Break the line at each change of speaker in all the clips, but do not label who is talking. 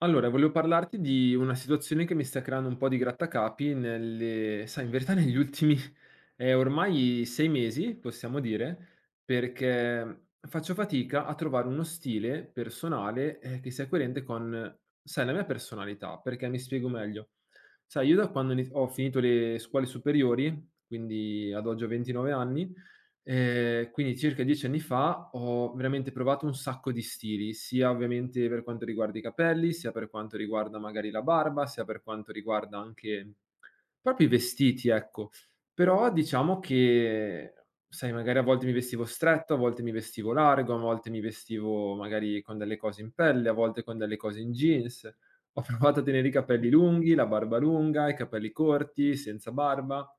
Allora, volevo parlarti di una situazione che mi sta creando un po' di grattacapi nelle, sai, in verità negli ultimi è ormai 6 mesi, possiamo dire, perché faccio fatica a trovare uno stile personale, che sia coerente con, sai, la mia personalità, perché mi spiego meglio. Sai, io da quando ho finito le scuole superiori, quindi ad oggi ho 29 anni, quindi circa 10 anni fa ho veramente provato un sacco di stili, sia ovviamente per quanto riguarda i capelli, sia per quanto riguarda magari la barba, sia per quanto riguarda anche proprio i vestiti, ecco. Però diciamo che, sai, magari a volte mi vestivo stretto, a volte mi vestivo largo, a volte mi vestivo magari con delle cose in pelle, a volte con delle cose in jeans. Ho provato a tenere i
Mh.
capelli lunghi, la barba lunga, i capelli corti, senza barba,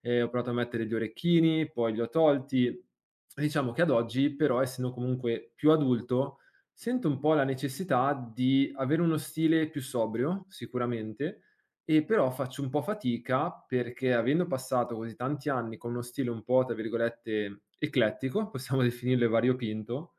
ho provato a mettere gli orecchini, poi li ho tolti. E diciamo che ad oggi però, essendo comunque più adulto, sento un po' la necessità di avere uno stile più sobrio, sicuramente, e però faccio un po' fatica perché avendo passato così tanti anni con uno stile un po' tra virgolette "eclettico", possiamo definirlo e variopinto,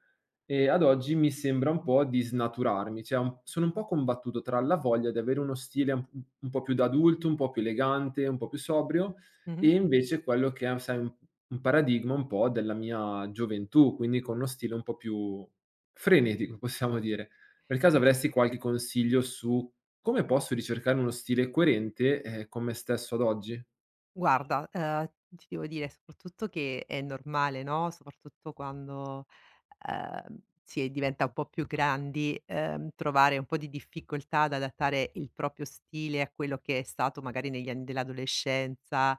e ad oggi mi sembra un po' di snaturarmi, cioè un sono un po' combattuto tra la voglia di avere uno stile un po' più da adulto, un po' più elegante, un po' più sobrio, e
Mh-mh.
invece quello che è, sai, un paradigma un po' della mia gioventù, quindi con uno stile un po' più frenetico, possiamo dire. Per caso avresti qualche consiglio su come posso ricercare uno stile coerente, con me stesso ad oggi?
Guarda, ti devo dire soprattutto che è normale, no, soprattutto quando, si diventa un po' più grandi, trovare un po' di difficoltà ad adattare il proprio stile a quello che è stato magari negli anni dell'adolescenza,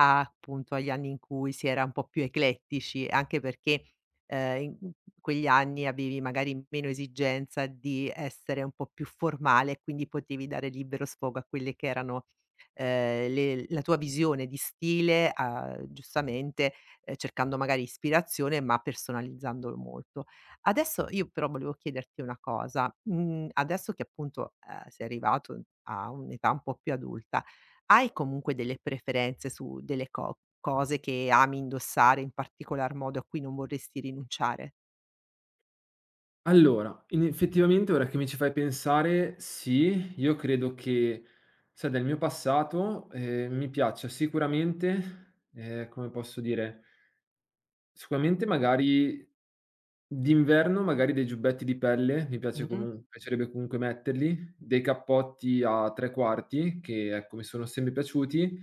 a appunto agli anni in cui si era un po' più eclettici, anche perché, ehm, in in quegli anni avevi magari meno esigenza di essere un po' più formale e quindi potevi dare libero sfogo a quelle che erano le la tua visione di stile a giustamente, cercando magari ispirazione, ma personalizzandolo molto. Adesso io però volevo chiederti una cosa: adesso che appunto, sei arrivato a un'età un po' più adulta, hai comunque delle preferenze su delle co cose che ami indossare in particolar modo, a cui non vorresti rinunciare?
Allora, in effettivamente ora che mi ci fai pensare, sì, io credo che, sai, del mio passato, mi piaccia sicuramente, come posso dire, sicuramente magari d'inverno magari dei giubbetti di pelle, mi piace
Mh-mh,
comun piacerebbe comunque metterli, dei cappotti a 3 quarti che, ecco, mi sono sempre piaciuti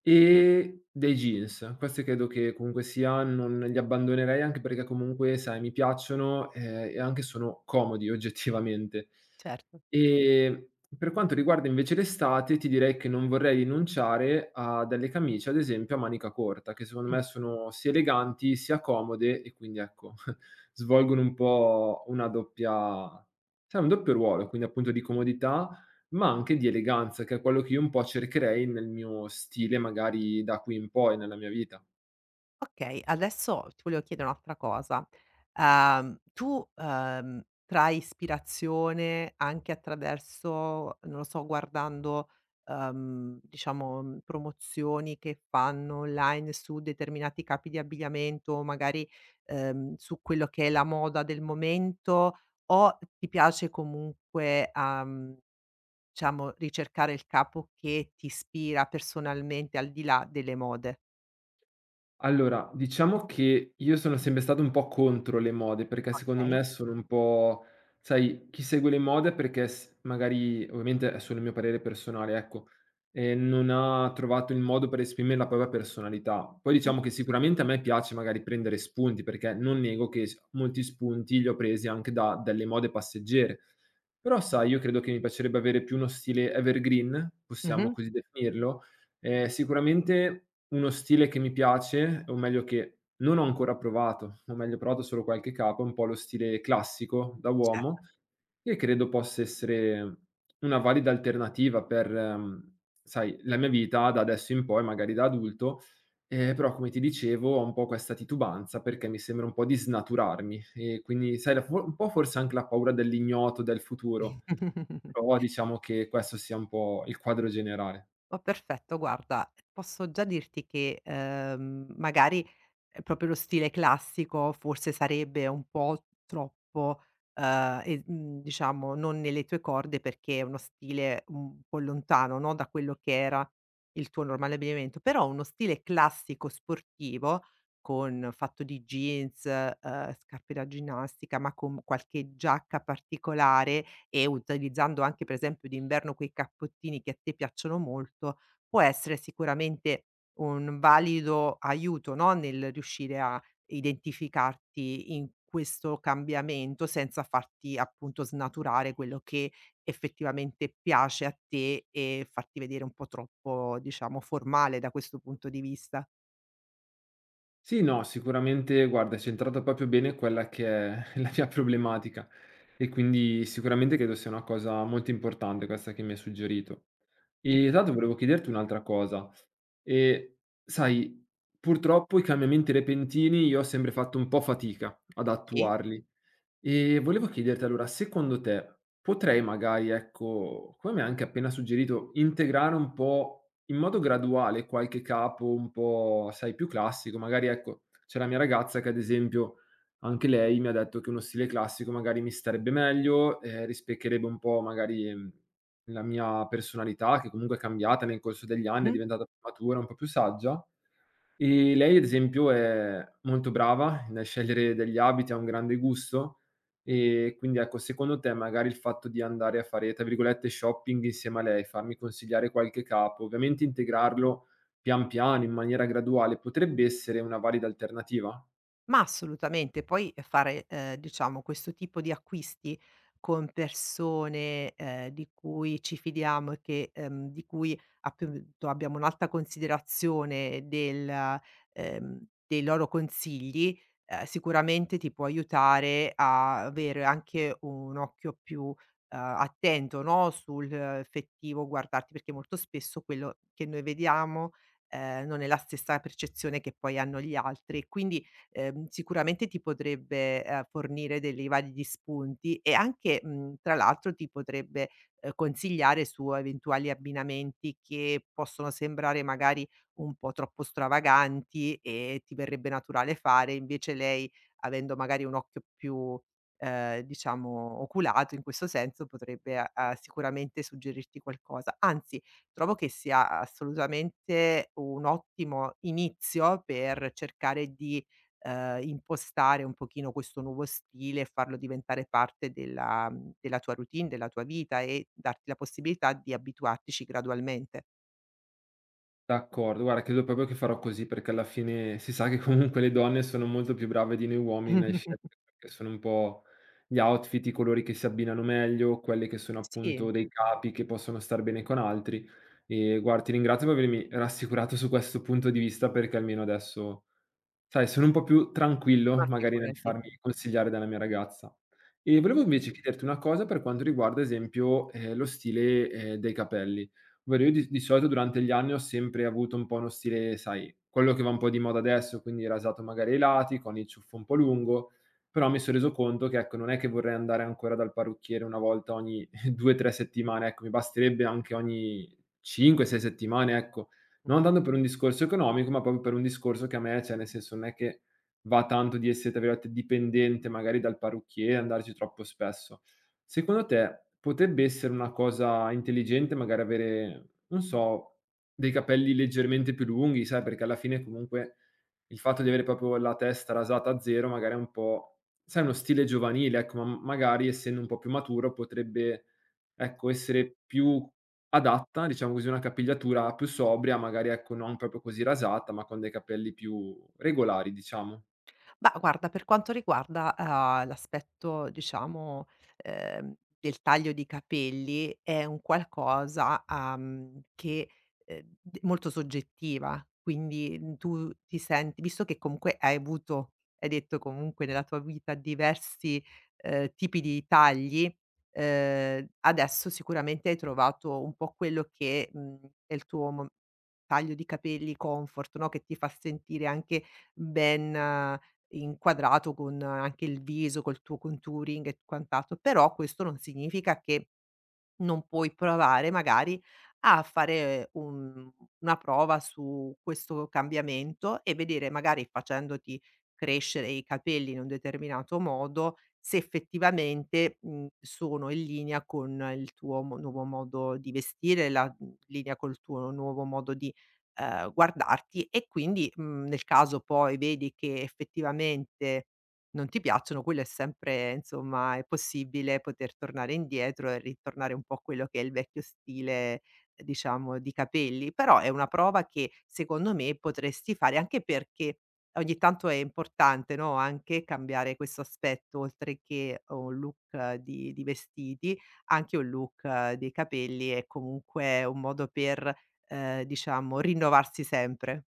e dei jeans. Questi credo che comunque sia non li abbandonerei anche perché comunque, sai, mi piacciono, e anche sono comodi oggettivamente.
certo.
Ehm, per quanto riguarda invece l'estate, ti direi che non vorrei rinunciare a delle camicie, ad esempio, a manica corta, che secondo
Mh,
me sono sia eleganti, sia comode e quindi ecco, svolgono un po' una doppia, sai, un doppio ruolo, quindi appunto di comodità ma anche di eleganza, che è quello che io un po' cercherei nel mio stile magari da qui in poi, nella mia vita.
okay, adesso ti volevo chiedere un'altra cosa: tu, trai ispirazione anche attraverso, non lo so, guardando, diciamo, promozioni che fanno online su determinati capi di abbigliamento, o magari, su quello che è la moda del momento, o ti piace comunque, diciamo ricercare il capo che ti ispira personalmente al di là delle mode?
Allora, diciamo che io sono sempre stato un po' contro le mode, perché secondo
Okay.
me sono un po', sai, chi segue le mode perché magari, ovviamente è solo il mio parere personale, ecco, non ha trovato il modo per esprimere la propria personalità. Poi
Mh-mh.
diciamo che sicuramente a me piace magari prendere spunti, perché non nego che molti spunti li ho presi anche dalle mode passeggere. Però, sai, io credo che mi piacerebbe avere più uno stile evergreen, possiamo
Mh-mh.
così definirlo. Sicuramente uno stile che mi piace, o meglio che non ho ancora provato, o meglio ho provato solo qualche capo, è un po' lo stile classico da uomo,
Certo.
che credo possa essere una valida alternativa per, mhmm, sai, la mia vita da adesso in poi, magari da adulto, però come ti dicevo ho un po' questa titubanza perché mi sembra un po' di snaturarmi e quindi sai la fo un po' forse anche la paura dell'ignoto, del futuro, però diciamo che questo sia un po' il quadro generale.
Ma perfetto, guarda, posso già dirti che, magari, proprio lo stile classico forse sarebbe un po' troppo, e diciamo non nelle tue corde perché è uno stile un po' lontano, no, da quello che era il tuo normale abbigliamento, però uno stile classico sportivo con fatto di jeans, scarpe da ginnastica, ma con qualche giacca particolare e utilizzando anche per esempio d'inverno quei cappottini che a te piacciono molto, può essere sicuramente un valido aiuto, no, nel riuscire a identificarti in questo cambiamento senza farti appunto snaturare quello che effettivamente piace a te e farti vedere un po' troppo, diciamo, formale da questo punto di vista.
Sì, no, sicuramente guarda, hai centrato proprio bene quella che è la mia problematica e quindi sicuramente credo sia una cosa molto importante questa che mi hai suggerito. E tanto volevo chiederti un'altra cosa. E sai, purtroppo i cambiamenti repentini io ho sempre fatto un po' fatica ad
Sì.
attuarli. E volevo chiederti allora, secondo te potrei magari, ecco, come mi hai anche appena suggerito, integrare un po' in modo graduale qualche capo un po', sai, più classico? Magari, ecco, c'è la mia ragazza che ad esempio anche lei mi ha detto che uno stile classico magari mi starebbe meglio, rispecchierebbe un po' magari la mia personalità che comunque è cambiata nel corso degli anni, è
Mh-mh.
diventata più matura, un po' più saggia. Lei ad esempio è molto brava nel scegliere degli abiti, ha un grande gusto, quindi ecco, secondo te magari il fatto di andare a fare, tra virgolette, "shopping" insieme a lei, farmi consigliare qualche capo, ovviamente integrarlo pian piano, in maniera graduale, potrebbe essere una valida alternativa?
Ma assolutamente, poi fare, diciamo questo tipo di acquisti con persone, di cui ci fidiamo e che di cui appunto abbiamo un'alta considerazione del dei loro consigli, sicuramente ti può aiutare a avere anche un occhio più, attento, no, sul effettivo guardarti, perché molto spesso quello che noi vediamo, non è la stessa percezione che poi hanno gli altri. Quindi sicuramente ti potrebbe, fornire degli validi spunti e anche, tra l'altro ti potrebbe, consigliare su eventuali abbinamenti che possono sembrare magari un po' troppo stravaganti e ti verrebbe naturale fare, invece lei, avendo magari un occhio più, diciamo oculato in questo senso, potrebbe a a sicuramente suggerirti qualcosa. Anzi, trovo che sia assolutamente un ottimo inizio per cercare di impostare un pochino questo nuovo stile e farlo diventare parte della tua routine, della tua vita e darti la possibilità di abituartici gradualmente.
D'accordo, guarda credo proprio che farò così, perché alla fine si sa che comunque le donne sono molto più brave di noi uomini nelle scelte, perché sono un po' gli outfit, i colori che si abbinano meglio, quelli che sono appunto
Sì,
dei capi che possono star bene con altri. E guarda, ti ringrazio per avermi rassicurato su questo punto di vista, perché almeno adesso sai, sono un po' più tranquillo
ma
magari nel
figurati.
farmi consigliare dalla mia ragazza. E volevo invece chiederti una cosa per quanto riguarda, ad esempio, lo stile, dei capelli. Ovvero io di solito durante gli anni ho sempre avuto un po' uno stile, sai, quello che va un po' di moda adesso, quindi rasato magari ai lati, con il ciuffo un po' lungo, però mi son reso conto che, ecco, non è che vorrei andare ancora dal parrucchiere una volta ogni 2, 3 settimane, ecco, mi basterebbe anche ogni 5, 6 settimane, ecco. Non tanto per un discorso economico, ma proprio per un discorso che a me cioè, nel senso, non è che va tanto di essere, tra virgolette, "dipendente" magari dal parrucchiere, andarci troppo spesso. Secondo te, potrebbe essere una cosa intelligente magari avere, non so, dei capelli leggermente più lunghi, sai, perché alla fine comunque il fatto di avere proprio la testa rasata a zero magari è un po' sai, uno stile giovanile, ecco, ma magari essendo un po' più maturo potrebbe, ecco, essere più adatta, diciamo così, una capigliatura più sobria, magari ecco, non proprio così rasata, ma con dei capelli più regolari, diciamo.
Mah, guarda, per quanto riguarda, l'aspetto diciamo, del taglio di capelli è un qualcosa, che, d molto soggettiva, quindi, tu ti senti visto che comunque hai detto comunque nella tua vita diversi, tipi di tagli, adesso sicuramente hai trovato un po' quello che, è il tuo mo taglio di capelli comfort, no, che ti fa sentire anche ben inquadrato con anche il viso, col tuo contouring e quant'altro, però questo non significa che non puoi provare magari a fare un una prova su questo cambiamento e vedere magari facendoti crescere i capelli in un determinato modo, se effettivamente, sono in linea con il tuo mo nuovo modo di vestire, la linea col tuo nuovo modo di, guardarti e quindi, nel caso poi vedi che effettivamente non ti piacciono, quello è sempre insomma è possibile poter tornare indietro e ritornare un po' a quello che è il vecchio stile, diciamo, di capelli. Però è una prova che secondo me potresti fare, anche perché ogni tanto è importante, no, anche cambiare questo aspetto, oltre che un look di vestiti, anche un look dei capelli è comunque un modo per, diciamo, rinnovarsi sempre.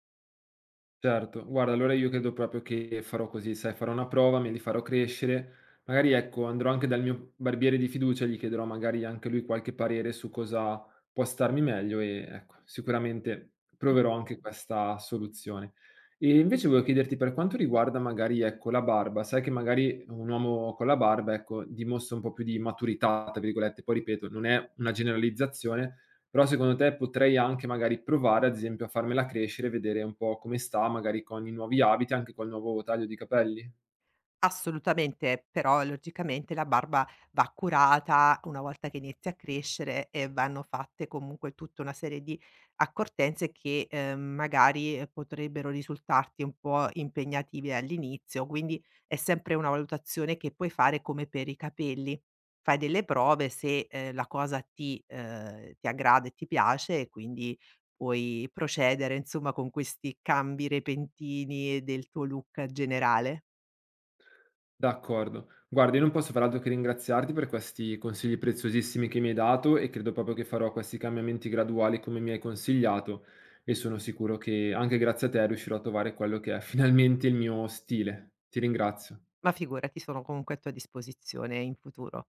Certo, guarda allora io credo proprio che farò così, sai, farò una prova, me li farò crescere, magari ecco andrò anche dal mio barbiere di fiducia, gli chiederò magari anche lui qualche parere su cosa può starmi meglio e ecco, sicuramente proverò anche questa soluzione. E invece volevo chiederti per quanto riguarda magari ecco la barba, sai che magari un uomo con la barba ecco dimostra un po' più di "maturità", tra virgolette, poi ripeto non è una generalizzazione, però secondo te potrei anche magari provare, ad esempio, a farmela crescere, vedere un po' come sta, magari con i nuovi abiti, anche col nuovo taglio di capelli?
Assolutamente, però logicamente la barba va curata una volta che inizia a crescere e vanno fatte comunque tutta una serie di accortenze che, magari, potrebbero risultarti un po' impegnative all'inizio, quindi è sempre una valutazione che puoi fare come per i capelli. Fai delle prove se, la cosa ti aggrada e ti piace e quindi puoi procedere, insomma, con questi cambi repentini del tuo look generale.
D'accordo. Guarda, io non posso far altro che ringraziarti per questi consigli preziosissimi che mi hai dato e credo proprio che farò questi cambiamenti graduali come mi hai consigliato e sono sicuro che anche grazie a te riuscirò a trovare quello che è finalmente il mio stile. Ti ringrazio.
Ma figurati, sono comunque a tua disposizione in futuro.